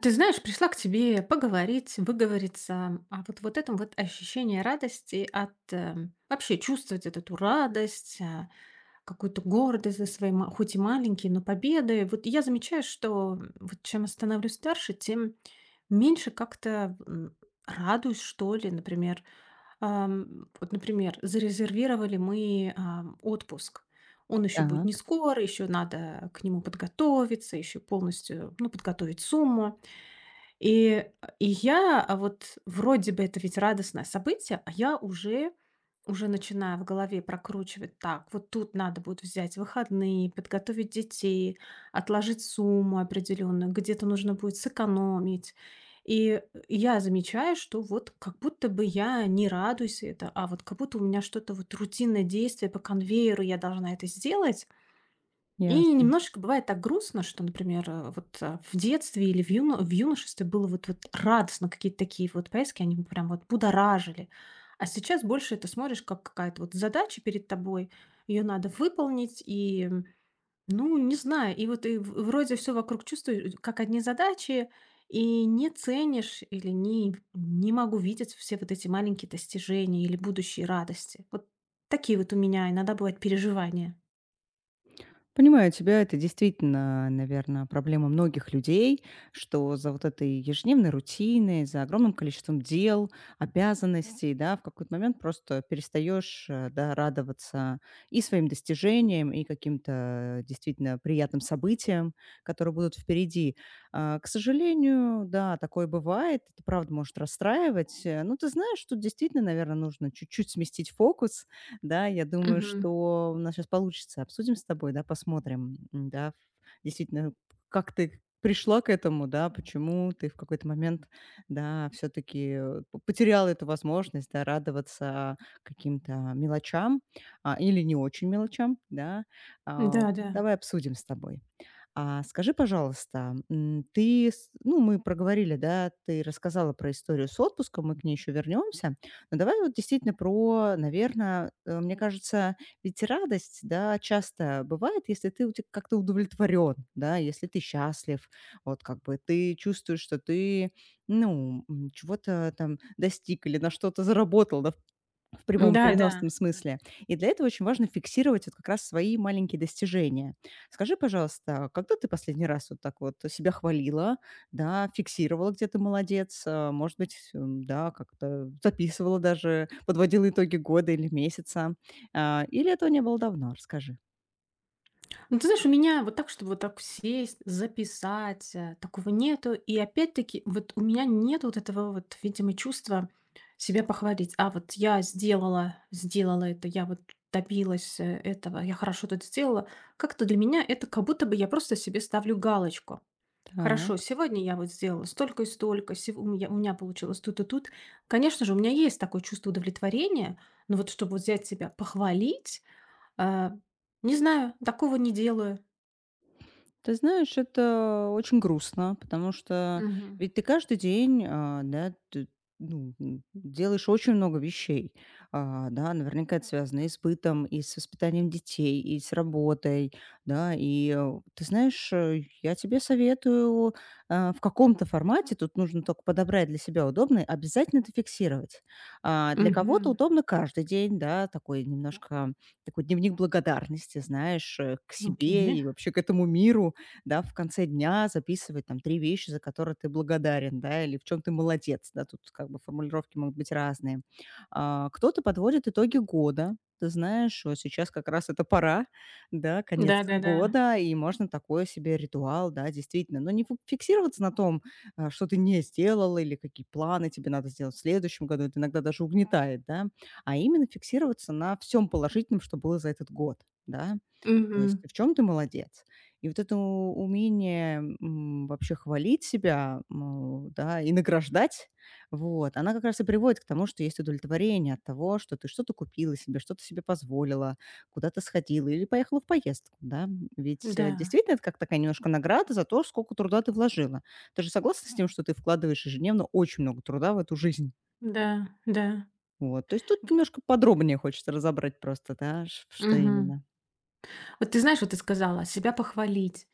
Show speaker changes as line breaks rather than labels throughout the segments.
Ты знаешь, пришла к тебе поговорить, выговориться. А вот вот этом вот ощущение радости от, вообще чувствовать вот эту радость, какую-то гордость за свои, ма хоть и маленькие, но победы. Вот я замечаю, что, вот чем я становлюсь старше, тем меньше как-то, радуюсь, что ли. Например, вот, например, зарезервировали мы, отпуск. Он еще будет не
Так,
скоро, еще надо к нему подготовиться, еще полностью, ну, подготовить сумму. И и я, а вот вроде бы это ведь радостное событие, а я уже начинаю в голове прокручивать: так, вот тут надо будет взять выходные, подготовить детей, отложить сумму определенную, где-то нужно будет сэкономить. И я замечаю, что вот как будто бы я не радуюсь это, а вот как будто у меня что-то вот рутинное действие по конвейеру, я должна это сделать. И
ясно.
немножечко бывает так грустно, что, например, вот, в детстве или в юно в юношестве было вот вот радостно, какие-то такие вот поездки, они прям вот будоражили. А сейчас больше это смотришь, как какая-то вот задача перед тобой, ее надо выполнить, и, ну, не знаю, и вот и в вроде все вокруг чувствуешь как одни задачи, и не ценишь или не могу видеть все вот эти маленькие достижения или будущие радости. Вот такие вот у меня иногда бывают переживания.
Понимаю тебя, это действительно, наверное, проблема многих людей, что за вот этой ежедневной рутиной, за огромным количеством дел, обязанностей, да, в какой-то момент просто перестаешь, да, радоваться и своим достижениям, и каким-то действительно приятным событиям, которые будут впереди. К сожалению, да, такое бывает, это правда может расстраивать, но ты знаешь, что действительно, наверное, нужно чуть-чуть сместить фокус. Да, я думаю,
Мгм.
что у нас сейчас получится. Обсудим с тобой, да, посмотрим, да, действительно, как ты пришла к этому, да, почему ты в какой-то момент, да, все-таки потеряла эту возможность, да, радоваться каким-то мелочам или не очень мелочам, да.
Да, да.
Давай обсудим с тобой. Скажи, пожалуйста, ты, ну, мы проговорили, да, ты рассказала про историю с отпуском, мы к ней еще вернемся. Но давай вот действительно про, наверное, мне кажется, ведь радость, да, часто бывает, если ты как-то удовлетворен, да, если ты счастлив, вот как бы ты чувствуешь, что ты, ну, чего-то там достиг или на что-то заработал, да, в прямом
Да-да.
переносном смысле. И для этого очень важно фиксировать вот как раз свои маленькие достижения. Скажи, пожалуйста, когда ты последний раз вот так вот себя хвалила, да, фиксировала, где ты молодец, а, может быть, да, как-то записывала даже, подводила итоги года или месяца, или этого не было давно? Расскажи.
Ну, ты знаешь, у меня вот так, чтобы вот так сесть, записать, такого нету. И опять-таки, вот у меня нет вот этого вот, видимо, чувства себя похвалить. А вот я сделала это, я вот добилась этого, я хорошо это сделала. Как-то для меня это как будто бы я просто себе ставлю галочку. Хорошо, сегодня я вот сделала столько и столько, у у меня получилось тут и тут. Конечно же, у меня есть такое чувство удовлетворения, но вот чтобы вот взять себя, похвалить, Э, не знаю, такого не делаю.
Ты знаешь, это очень грустно, потому что
Мгм.
ведь ты каждый день, а, да, ты, ну, делаешь очень много вещей. Да, наверняка это связано и с бытом, и с воспитанием детей, и с работой, да, и ты знаешь, я тебе советую в каком-то формате, тут нужно только подобрать для себя удобный, обязательно это фиксировать. Для кого-то
Мгм.
удобно каждый день, да, такой немножко такой дневник благодарности, знаешь, к себе
Окей.
и вообще к этому миру, да, в конце дня записывать там 3 вещи, за которые ты благодарен, да, или в чем ты молодец, да, тут как бы формулировки могут быть разные. Кто-то подводит итоги года. Ты знаешь, что сейчас как раз это пора, да, конец
Да-да-да.
года, и можно такой себе ритуал, да, действительно. Но не фу фиксироваться на том, что ты не сделал или какие планы тебе надо сделать в следующем году. Это иногда даже угнетает, да, а именно фиксироваться на всем положительном, что было за этот год, да. То есть
Мгм.
«А в чем ты молодец». И вот это у умение, вообще хвалить себя, да, и награждать, вот, она как раз и приводит к тому, что есть удовлетворение от того, что ты что-то купила себе, что-то себе позволила, куда-то сходила или поехала в поездку, да. Ведь,
Да.
действительно, это как такая немножко награда за то, сколько труда ты вложила. Ты же согласна с тем, что ты вкладываешь ежедневно очень много труда в эту жизнь?
Да, да.
Вот, то есть тут
Г
немножко подробнее хочется разобрать просто, да, ш что
Мгм.
именно.
Вот ты знаешь, вот ты сказала, себя похвалить.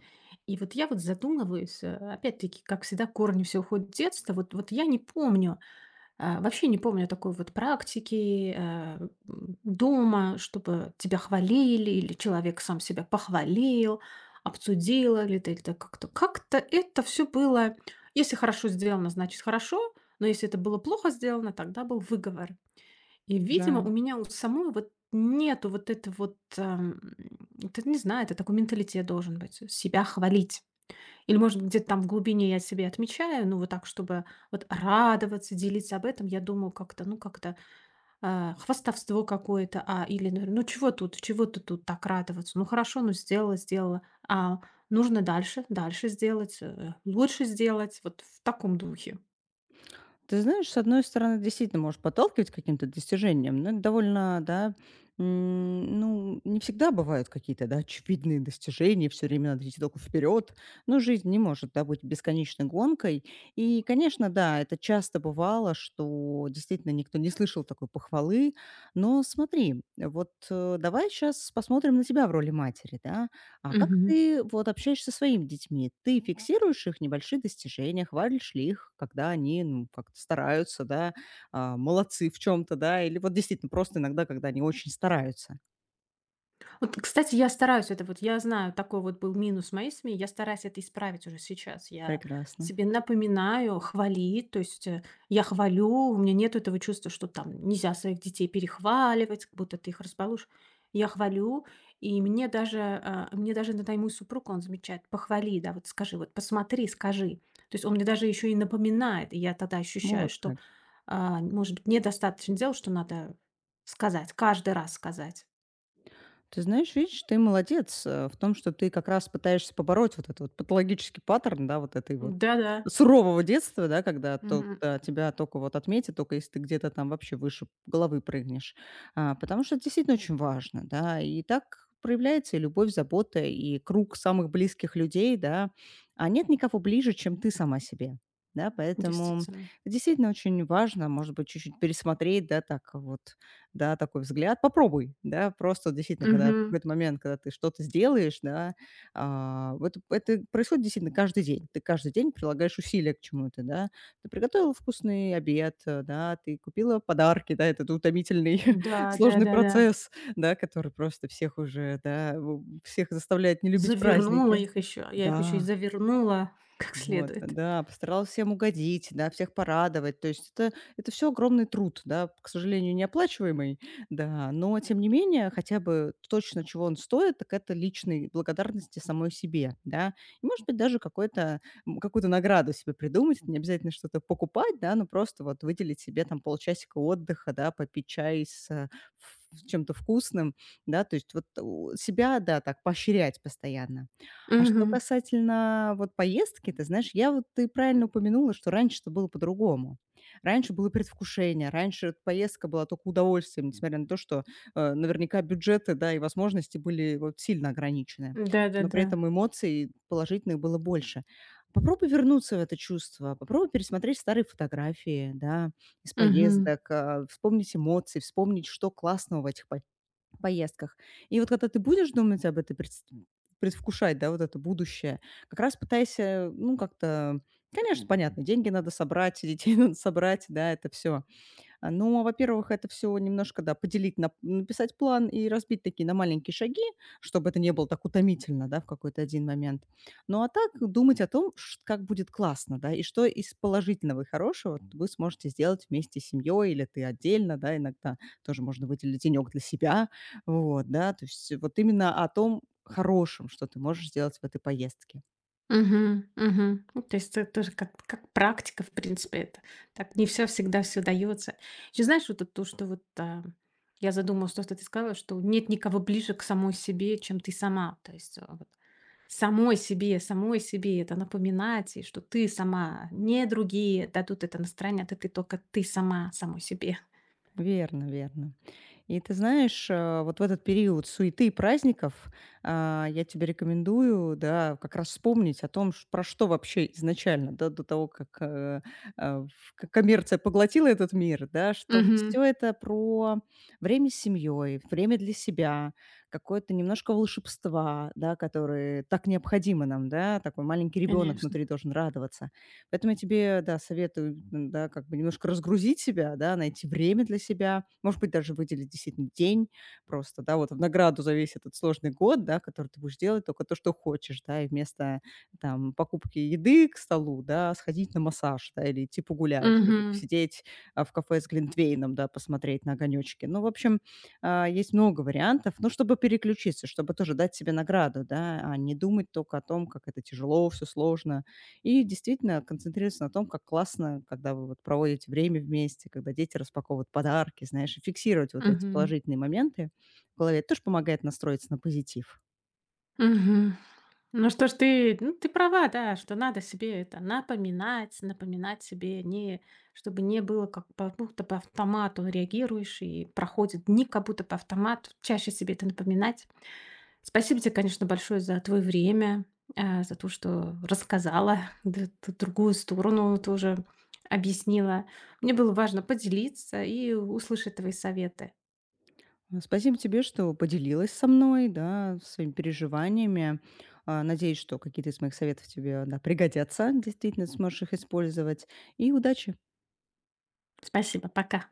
И вот я вот задумываюсь, опять-таки, как всегда, корни всё уходят в детство. Вот я не помню. Вообще не помню такой вот практики, дома, чтобы тебя хвалили или человек сам себя похвалил, обсудил или ты это как-то. Как-то это все было, если хорошо сделано, значит хорошо, но если это было плохо сделано, тогда был выговор. И, видимо,
Жаль.
у меня у самой вот нету вот это вот, это не знаю, это такой менталитет должен быть, себя хвалить. Или, может быть, где-то там в глубине я себе отмечаю, ну, вот так, чтобы вот радоваться, делиться об этом, я думаю, как-то, ну, как-то хвастовство какое-то, или, наверно, ну, чего тут, чего ты тут так радоваться? Ну, хорошо, ну, сделала, а нужно дальше сделать, лучше сделать, вот в таком духе.
Ты знаешь, с одной стороны, действительно можешь подталкивать к каким-то достижениям, но это довольно, да, ну, не всегда бывают какие-то, да, очевидные достижения, все время надо идти только вперед, но жизнь не может, да, быть бесконечной гонкой. И, конечно, да, это часто бывало, что действительно никто не слышал такой похвалы, но смотри, вот давай сейчас посмотрим на тебя в роли матери, да, а как ты вот общаешься со своими детьми? Ты фиксируешь их небольшие достижения, хвалишь ли их, когда они, ну, как-то стараются, да, молодцы в чем-то, да, или вот действительно просто иногда, когда они очень стараются?
Вот, кстати, я стараюсь это, я знаю, такой вот был минус моей СМИ, я стараюсь это исправить уже сейчас. Я
Прекрасно.
себе напоминаю хвалить, то есть, я хвалю, у меня нет этого чувства, что там нельзя своих детей перехваливать, как будто ты их разбалуешь. Я хвалю, и мне даже, мне даже иногда и мой супруг, он замечает, похвали, да, вот скажи, вот посмотри, скажи. То есть он мне даже еще и напоминает, и я тогда ощущаю,
Вот
что,
как.
может быть, недостаточно дел, что надо сказать, каждый раз сказать.
Ты знаешь, видишь, ты молодец, в том, что ты как раз пытаешься побороть вот этот вот патологический паттерн, да, вот этой вот
Да-да.
сурового детства, да, когда
Мгм.
тебя только вот отметят, только если ты где-то там вообще выше головы прыгнешь. Потому что это действительно очень важно, да. И так проявляется и любовь, забота, и круг самых близких людей, да. А нет никого ближе, чем ты сама себе. Да, поэтому
Действительно.
действительно очень важно, может быть, чуть-чуть пересмотреть, да, так вот да, такой взгляд. Попробуй, да. Просто вот действительно, когда в
Мгм.
какой-то момент, когда ты что-то сделаешь, да, вот это происходит действительно каждый день. Ты каждый день прилагаешь усилия к чему-то, да. Ты приготовила вкусный обед, да, ты купила подарки, да, этот утомительный
Да,
сложный
да-да-да.
процесс, да, который просто всех уже, да, в всех заставляет не любить
Завернула
праздники.
их еще. Я их еще и
Да.
завернула как
Вот,
следует.
да, постаралась всем угодить, да, всех порадовать. То есть это все огромный труд, да, к сожалению, неоплачиваемый, да, но тем не менее, хотя бы точно чего он стоит, так это личной благодарности самой себе, да. И, может быть, даже какой-то, какую-то награду себе придумать, не обязательно что-то покупать, да, но просто вот выделить себе там полчасика отдыха, да, попить чай с чем-то вкусным, да, то есть вот у себя, да, так поощрять постоянно. А что
Мгм.
касательно вот поездки, ты знаешь, я вот ты правильно упомянула, что раньше это было по-другому. Раньше было предвкушение, раньше поездка была только удовольствием, несмотря на то, что наверняка бюджеты, да, и возможности были вот сильно ограничены. Но при
Да-да-да.
этом эмоций положительных было больше. Попробуй вернуться в это чувство, попробуй пересмотреть старые фотографии, да, из
Мгм.
поездок, вспомнить эмоции, вспомнить, что классного в этих поездках. И вот когда ты будешь думать об этом, предс предвкушать, да, вот это будущее, как раз пытайся, ну, как-то. Конечно, понятно, деньги надо собрать, детей надо собрать, да, это все ну, во-первых, это все немножко, да, поделить, написать план и разбить такие на маленькие шаги, чтобы это не было так утомительно, да, в какой-то один момент. Ну, а так думать о том, как будет классно, да, и что из положительного и хорошего вот вы сможете сделать вместе с семьей или ты отдельно, да, иногда тоже можно выделить денек для себя, вот, да, то есть вот именно о том хорошем, что ты можешь сделать в этой поездке.
Мгм. Мгм. Ну, то есть это тоже как практика, в принципе, это. Так не все всегда все даётся. Еще знаешь, вот это то, что вот, я задумалась, то, что ты сказала, что нет никого ближе к самой себе, чем ты сама. То есть, вот самой себе самой себе это напоминать, и что ты сама, не другие дадут это настроение, это ты только ты сама самой себе.
Верно, верно. И ты знаешь, вот в этот период суеты и праздников, я тебе рекомендую, да, как раз вспомнить о том, про что вообще изначально, да, до того, как коммерция поглотила этот мир, да, что
Мгм.
все это про время с семьей, время для себя, какое-то немножко волшебства, да, которое так необходимо нам, да, такой маленький ребенок
Конечно.
внутри должен радоваться. Поэтому я тебе, да, советую, да, как бы немножко разгрузить себя, да, найти время для себя, может быть, даже выделить действительно день просто, да, вот в награду за весь этот сложный год, да, который ты будешь делать только то, что хочешь, да, и вместо там покупки еды к столу, да, сходить на массаж, да, или идти погулять, или
Мгм.
посидеть в кафе с Глинтвейном, да, посмотреть на огонечки. Ну, в общем, есть много вариантов, ну, чтобы переключиться, чтобы тоже дать себе награду, да, а не думать только о том, как это тяжело, все сложно, и действительно концентрируется на том, как классно, когда вы вот проводите время вместе, когда дети распаковывают подарки, знаешь, и фиксировать вот эти
Мгм.
положительные моменты в голове. Это тоже помогает настроиться на позитив.
Мгм. Ну что ж ты, ну ты права, да, что надо себе это напоминать, напоминать себе, не чтобы не было как по будто по автомату реагируешь, и проходят дни как будто по автомату. Чаще себе это напоминать. Спасибо тебе, конечно, большое за твое время, за то, что рассказала, да, т другую сторону тоже объяснила. Мне было важно поделиться и услышать твои советы.
Спасибо тебе, что поделилась со мной, да, своими переживаниями. Надеюсь, что какие-то из моих советов тебе да, пригодятся, действительно сможешь их использовать. И удачи!
Спасибо, пока.